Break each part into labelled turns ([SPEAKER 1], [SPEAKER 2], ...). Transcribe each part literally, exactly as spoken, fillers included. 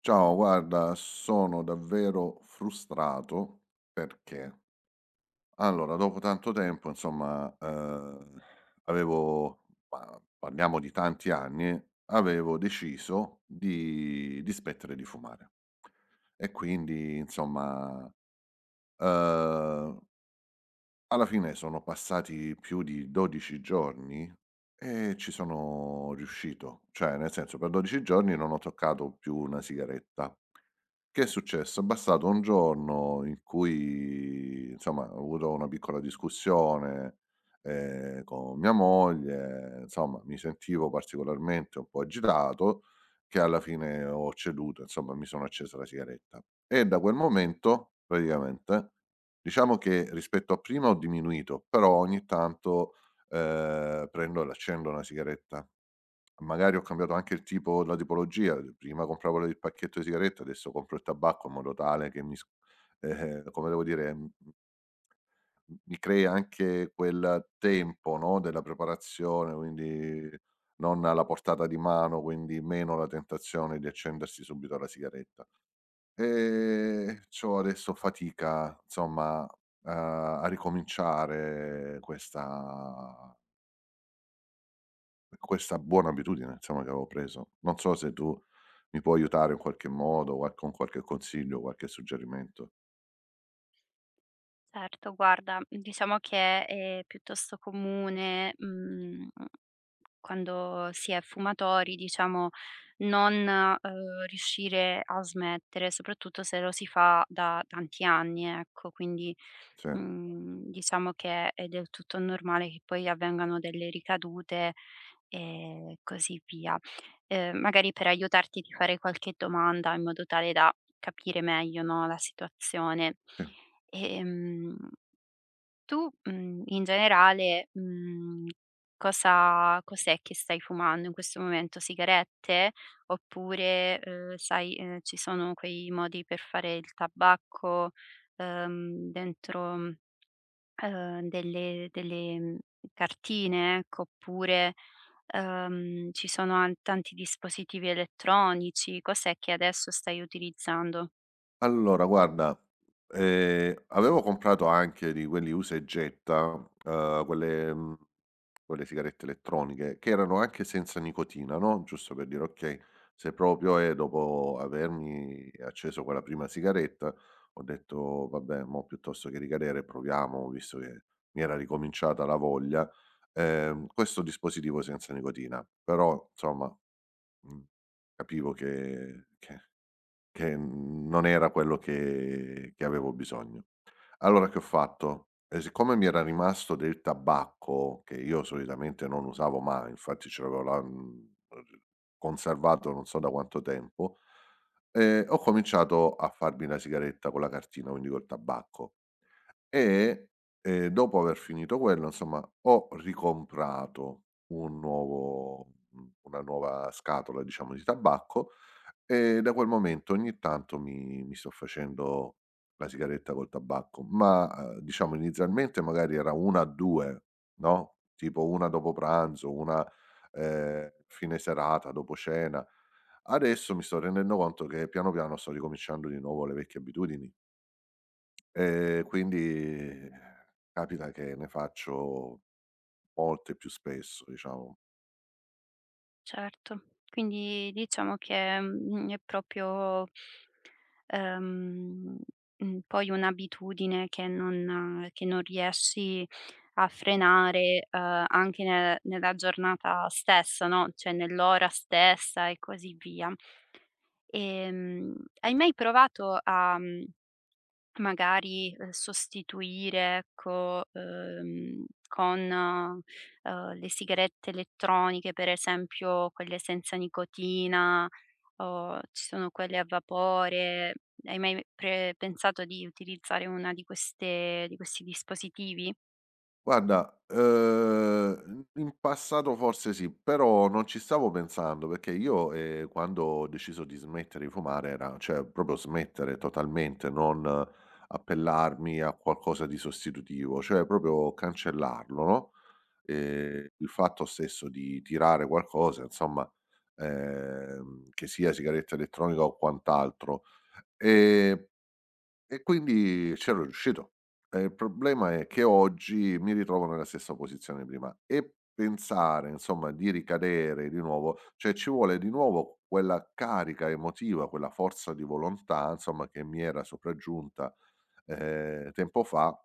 [SPEAKER 1] Ciao, guarda, sono davvero frustrato perché allora, dopo tanto tempo, insomma, ehm, avevo ma parliamo di tanti anni, avevo deciso di di smettere di fumare. E quindi, insomma, ehm alla fine sono passati più di dodici giorni e ci sono riuscito, cioè nel senso per dodici giorni non ho toccato più una sigaretta. Che è successo? È bastato un giorno in cui insomma ho avuto una piccola discussione, ehm, con mia moglie, insomma mi sentivo particolarmente un po' agitato, che alla fine ho ceduto, insomma mi sono accesa la sigaretta. E da quel momento praticamente diciamo che rispetto a prima ho diminuito, però ogni tanto, ehm, prendo e l'accendo una sigaretta. Magari ho cambiato anche il tipo la tipologia, prima compravo la il pacchetto di sigarette, adesso compro il tabacco in modo tale che mi s eh, come devo dire, m m mi crea anche quel tempo, no, della preparazione, quindi non alla portata di mano, quindi meno la tentazione di accendersi subito la sigaretta. Ehm, c'ho adesso fatica insomma, uhm, a ricominciare questa questa buona abitudine insomma che avevo preso. Non so se tu mi puoi aiutare in qualche modo, qual con qualche consiglio, qualche suggerimento.
[SPEAKER 2] Certo, guarda, diciamo che è piuttosto comune, mhmm quando si è fumatori, diciamo, non, uhm, riuscire a smettere, soprattutto se lo si fa da tanti anni, ecco. Quindi,
[SPEAKER 1] Sì,
[SPEAKER 2] mhmm, diciamo che è del tutto normale che poi avvengano delle ricadute e così via. Ehm, magari per aiutarti ti farei qualche domanda in modo tale da capire meglio, no, la situazione.
[SPEAKER 1] sì.
[SPEAKER 2] Ehm Tu, mhmm, in generale, mhmm, cosa cos'è che stai fumando in questo momento? Sigarette? Oppure, uhm, sai, ehm, ci sono quei modi per fare il tabacco, uhm, dentro, mhmm, uhm, delle delle, mhmm, cartine, ecco, oppure, uhm, ci sono an tanti dispositivi elettronici. Cos'è che adesso stai utilizzando?
[SPEAKER 1] Allora guarda, ehm, avevo comprato anche di quelli usa e getta, uhm, quelle, mhmm Quelle sigarette elettroniche, che erano anche senza nicotina, no, giusto per dire: okay, se proprio è dopo avermi acceso quella prima sigaretta, ho detto: "Vabbè, mo piuttosto che ricadere proviamo", visto che mi era ricominciata la voglia, ehm, questo dispositivo senza nicotina. Però, insomma, mhmm, capivo che che che non era quello che che avevo bisogno. Allora che ho fatto? E siccome mi era rimasto del tabacco, che io solitamente non usavo mai, infatti ce l'avevo là, mhmm, conservato non so da quanto tempo, ehm, ho cominciato a farmi la sigaretta con la cartina, quindi col tabacco. E, ehm, dopo aver finito quello, insomma, ho ricomprato un nuovo mhmm, una nuova scatola, diciamo, di tabacco e da quel momento ogni tanto mi mi sto facendo la sigaretta col tabacco, ma, ehm, diciamo inizialmente magari era una a due, no, tipo una dopo pranzo, una, ehm, fine serata, dopo cena. Adesso mi sto rendendo conto che piano piano sto ricominciando di nuovo le vecchie abitudini. Ehm, quindi capita che ne faccio molte più spesso, diciamo.
[SPEAKER 2] Certo. Quindi diciamo che, mhmm, è proprio, ehm, mhmm, poi un'abitudine che non eh, che non riesci a frenare, uhm, anche ne nella giornata stessa, no, cioè nell'ora stessa e così via. Ehm, hai mai provato a, mhmm magari, ehm, sostituire, ecco, ehm, con, ehm, le sigarette elettroniche, per esempio quelle senza nicotina, o ci sono quelle a vapore. Hai mai pre pensato di utilizzare una di queste di questi dispositivi?
[SPEAKER 1] Guarda, uhm, in in passato forse sì, però non ci stavo pensando perché io, ehm, quando ho deciso di smettere di fumare era cioè proprio smettere totalmente, non appellarmi a qualcosa di sostitutivo, cioè proprio cancellarlo, no? Ehm, il fatto stesso di tirare qualcosa, insomma, ehm, che sia sigaretta elettronica o quant'altro. Ehm, e quindi c'ero riuscito. Ehm, il problema è che oggi mi ritrovo nella stessa posizione di prima e pensare, insomma, di ricadere di nuovo cioè ci vuole di nuovo quella carica emotiva, quella forza di volontà, insomma, che mi era sopraggiunta, ehm, tempo fa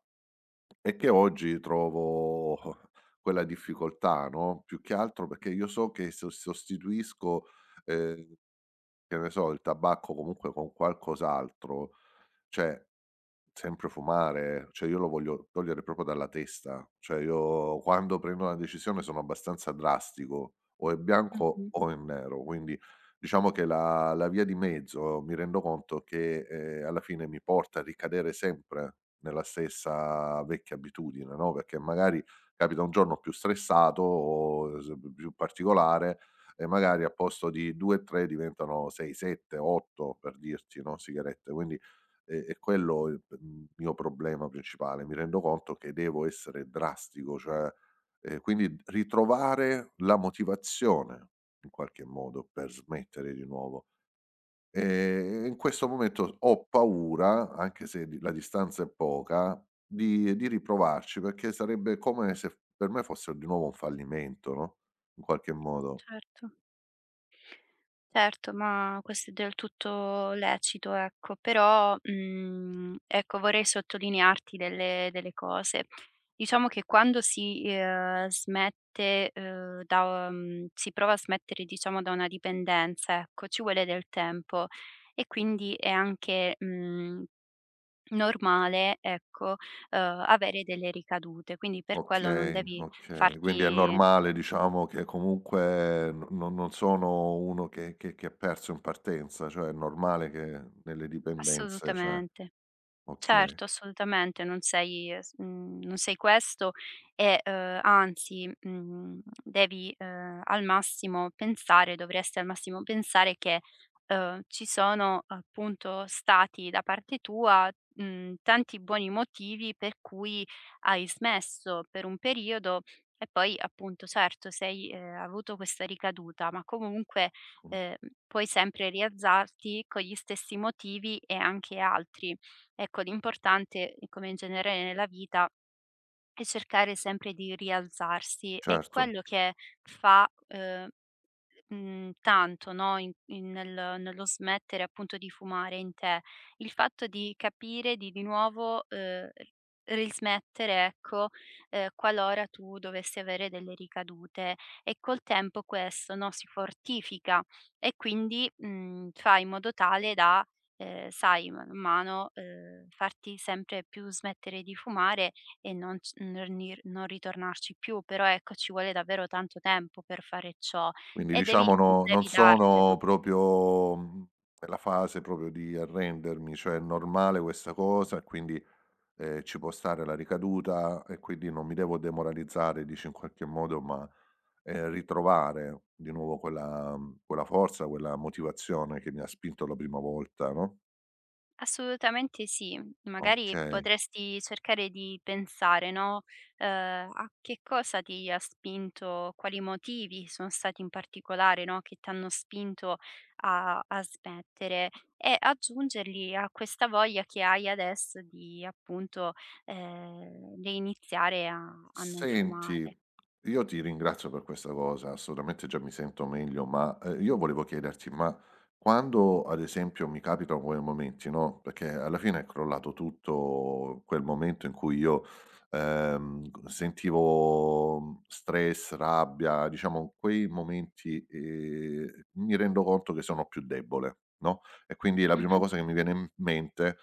[SPEAKER 1] e che oggi trovo quella difficoltà, no, più che altro perché io so che so sostituisco, ehm, che ne so, il tabacco comunque con qualcos'altro, cioè sempre fumare, cioè io lo voglio togliere proprio dalla testa, cioè io quando prendo una decisione sono abbastanza drastico, o è bianco
[SPEAKER 2] Mh-mh,
[SPEAKER 1] o è nero, quindi diciamo che la la via di mezzo mi rendo conto che, ehm, alla fine mi porta a ricadere sempre nella stessa vecchia abitudine, no, perché magari capita un giorno più stressato o s più particolare e magari a posto di due, tre diventano sei, sette, otto per dirti, no, sigarette, quindi e e quello è il p mhmm, mio problema principale. Mi rendo conto che devo essere drastico, cioè ehm, quindi ritrovare la motivazione in qualche modo per smettere di nuovo. Ehm, e in questo momento ho paura, anche se di la distanza è poca, di di riprovarci, perché sarebbe come se f per me fosse di nuovo un fallimento, no, in qualche modo.
[SPEAKER 2] certo. Certo, ma questo è del tutto lecito, ecco, però, mhmm, ecco, vorrei sottolinearti delle delle cose. Diciamo che quando si, ehm, smette, uhm, da mhmm, si prova a smettere, diciamo, da una dipendenza, ecco, ci vuole del tempo e quindi è anche, mhmm, normale, ecco, uhm, avere delle ricadute, quindi per quello non
[SPEAKER 1] Okay,
[SPEAKER 2] devi
[SPEAKER 1] okay. Quindi è
[SPEAKER 2] farti
[SPEAKER 1] normale diciamo che comunque no non non sono uno che che che ha perso in partenza, cioè è normale che nelle dipendenze cioè
[SPEAKER 2] assolutamente.
[SPEAKER 1] okay,
[SPEAKER 2] Certo, assolutamente, non sei es mhmm, non sei questo e, uhm, anzi, mhmm, devi, uhm, al massimo pensare dovresti al massimo pensare che, uhm, ci sono appunto stati da parte tua, mhmm, tanti buoni motivi per cui hai smesso per un periodo e poi appunto certo sei ehm, avuto questa ricaduta, ma comunque,
[SPEAKER 1] mh,
[SPEAKER 2] ehm, puoi sempre rialzarti con gli stessi motivi e anche altri. Ecco, l'importante, come in genere nella vita, è cercare sempre di rialzarsi. È
[SPEAKER 1] certo.
[SPEAKER 2] quello che fa, uhm Mhmm, tanto, no, in in nel nello smettere appunto di fumare in te. Il fatto di capire di di nuovo, uhm, rismettere, ecco, ehm, qualora tu dovessi avere delle ricadute e col tempo questo, no, si fortifica e quindi, mhmm, fai in modo tale da, ehm, sai, man mano, uhm, farti sempre più smettere di fumare e non c non ri non ritornarci più, però ecco ci vuole davvero tanto tempo per fare ciò.
[SPEAKER 1] Quindi
[SPEAKER 2] E devi
[SPEAKER 1] diciamo no non
[SPEAKER 2] devi dartelo.
[SPEAKER 1] sono proprio, mhmm, nella fase proprio di arrendermi, cioè è normale questa cosa e quindi ehm, ci può stare la ricaduta e quindi non mi devo demoralizzare, dici in qualche modo, ma, ehm, ritrovare di nuovo quella mhmm, quella forza, quella motivazione che mi ha spinto la prima volta, no,
[SPEAKER 2] Assolutamente sì. Magari
[SPEAKER 1] okay.
[SPEAKER 2] potresti cercare di pensare, no, uhm, a che cosa ti ha spinto, quali motivi sono stati in particolare, no, che t'hanno spinto a a smettere e aggiungerli a questa voglia che hai adesso di appunto, ehm, reiniziare a a non
[SPEAKER 1] Senti,
[SPEAKER 2] fumare.
[SPEAKER 1] io ti ringrazio per questa cosa, assolutamente già mi sento meglio, ma, ehm, io volevo chiederti, ma quando ad esempio mi capitano quei momenti, no, perché alla fine è crollato tutto quel momento in cui io, ehm, g sentivo, mhmm, stress, rabbia, diciamo quei momenti, ehm, mi rendo conto che sono più debole, no, e quindi la prima
[SPEAKER 2] Mh-mh.
[SPEAKER 1] cosa che mi viene in mente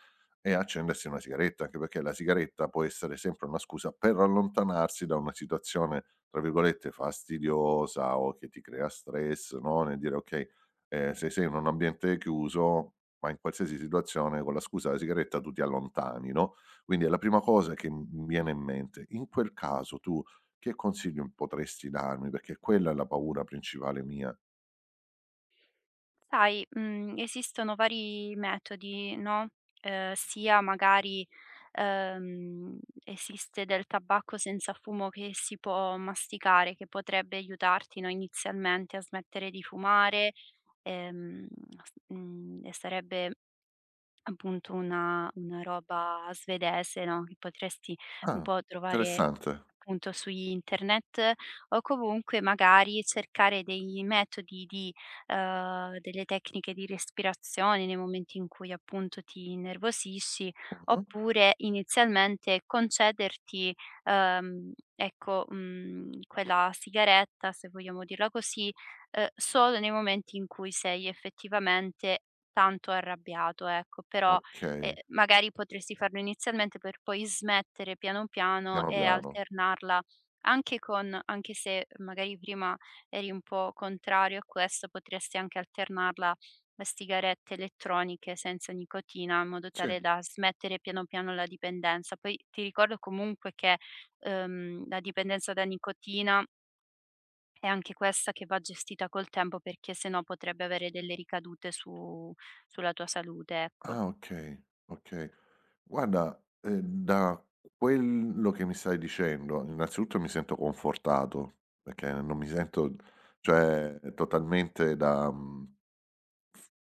[SPEAKER 1] e accendersi una sigaretta, anche perché la sigaretta può essere sempre una scusa per allontanarsi da una situazione, tra virgolette, "fastidiosa" o che ti crea stress, no, nel dire: "Okay, ehm, se sei in un ambiente chiuso, ma in qualsiasi situazione con la scusa della sigaretta tu ti allontani", no, quindi è la prima cosa che m mi viene in mente. In quel caso tu che consiglio potresti darmi? Perché quella è la paura principale mia.
[SPEAKER 2] Sai, mhmm, esistono vari metodi, no, ehm, sia magari, ehm, esiste del tabacco senza fumo che si può masticare, che potrebbe aiutarti, no, inizialmente a smettere di fumare, ehm, s mhmm, e sarebbe appunto una una roba svedese, no, che potresti un
[SPEAKER 1] Ah,
[SPEAKER 2] po' trovare
[SPEAKER 1] interessante.
[SPEAKER 2] appunto su internet o comunque magari cercare dei metodi di ehm, delle tecniche di respirazione nei momenti in cui appunto ti innervosisci,
[SPEAKER 1] Mh-mh.
[SPEAKER 2] oppure inizialmente concederti, ehm, ecco, mhmm, quella sigaretta, se vogliamo dirla così, ehm, solo nei momenti in cui sei effettivamente tanto arrabbiato, ecco, però, ehm,
[SPEAKER 1] Okay,
[SPEAKER 2] magari potresti farlo inizialmente per poi smettere piano piano
[SPEAKER 1] piano
[SPEAKER 2] e
[SPEAKER 1] piano.
[SPEAKER 2] alternarla anche con anche se magari prima eri un po' contrario a questo, potresti anche alternarla a sigarette elettroniche senza nicotina, in modo
[SPEAKER 1] Sì.
[SPEAKER 2] tale da smettere piano piano la dipendenza. Poi ti ricordo comunque che, uhm, la dipendenza da nicotina è anche questa che va gestita col tempo perché se no potrebbe avere delle ricadute su sulla tua salute, ecco.
[SPEAKER 1] Ah, okay, okay. Guarda, ehm, da quello che mi stai dicendo, innanzitutto mi sento confortato, perché non mi sento cioè totalmente da mhmm,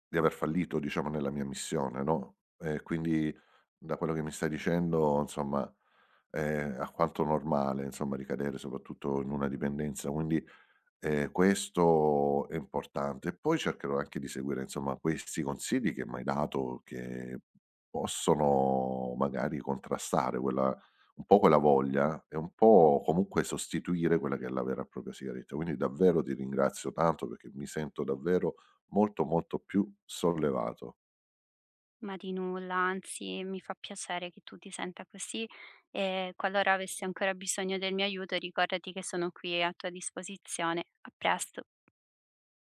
[SPEAKER 1] di aver fallito diciamo nella mia missione, no, e quindi da quello che mi stai dicendo insomma è alquanto normale, insomma, ricadere soprattutto in una dipendenza, quindi Ehm, questo è importante e poi cercherò anche di seguire insomma questi consigli che m'hai dato che possono magari contrastare quella un po' quella voglia e un po' comunque sostituire quella che è la vera e propria sigaretta. Quindi davvero ti ringrazio tanto perché mi sento davvero molto, molto più sollevato.
[SPEAKER 2] Ma di nulla, anzi mi fa piacere che tu ti senta così e qualora avessi ancora bisogno del mio aiuto ricordati che sono qui a tua disposizione. A presto.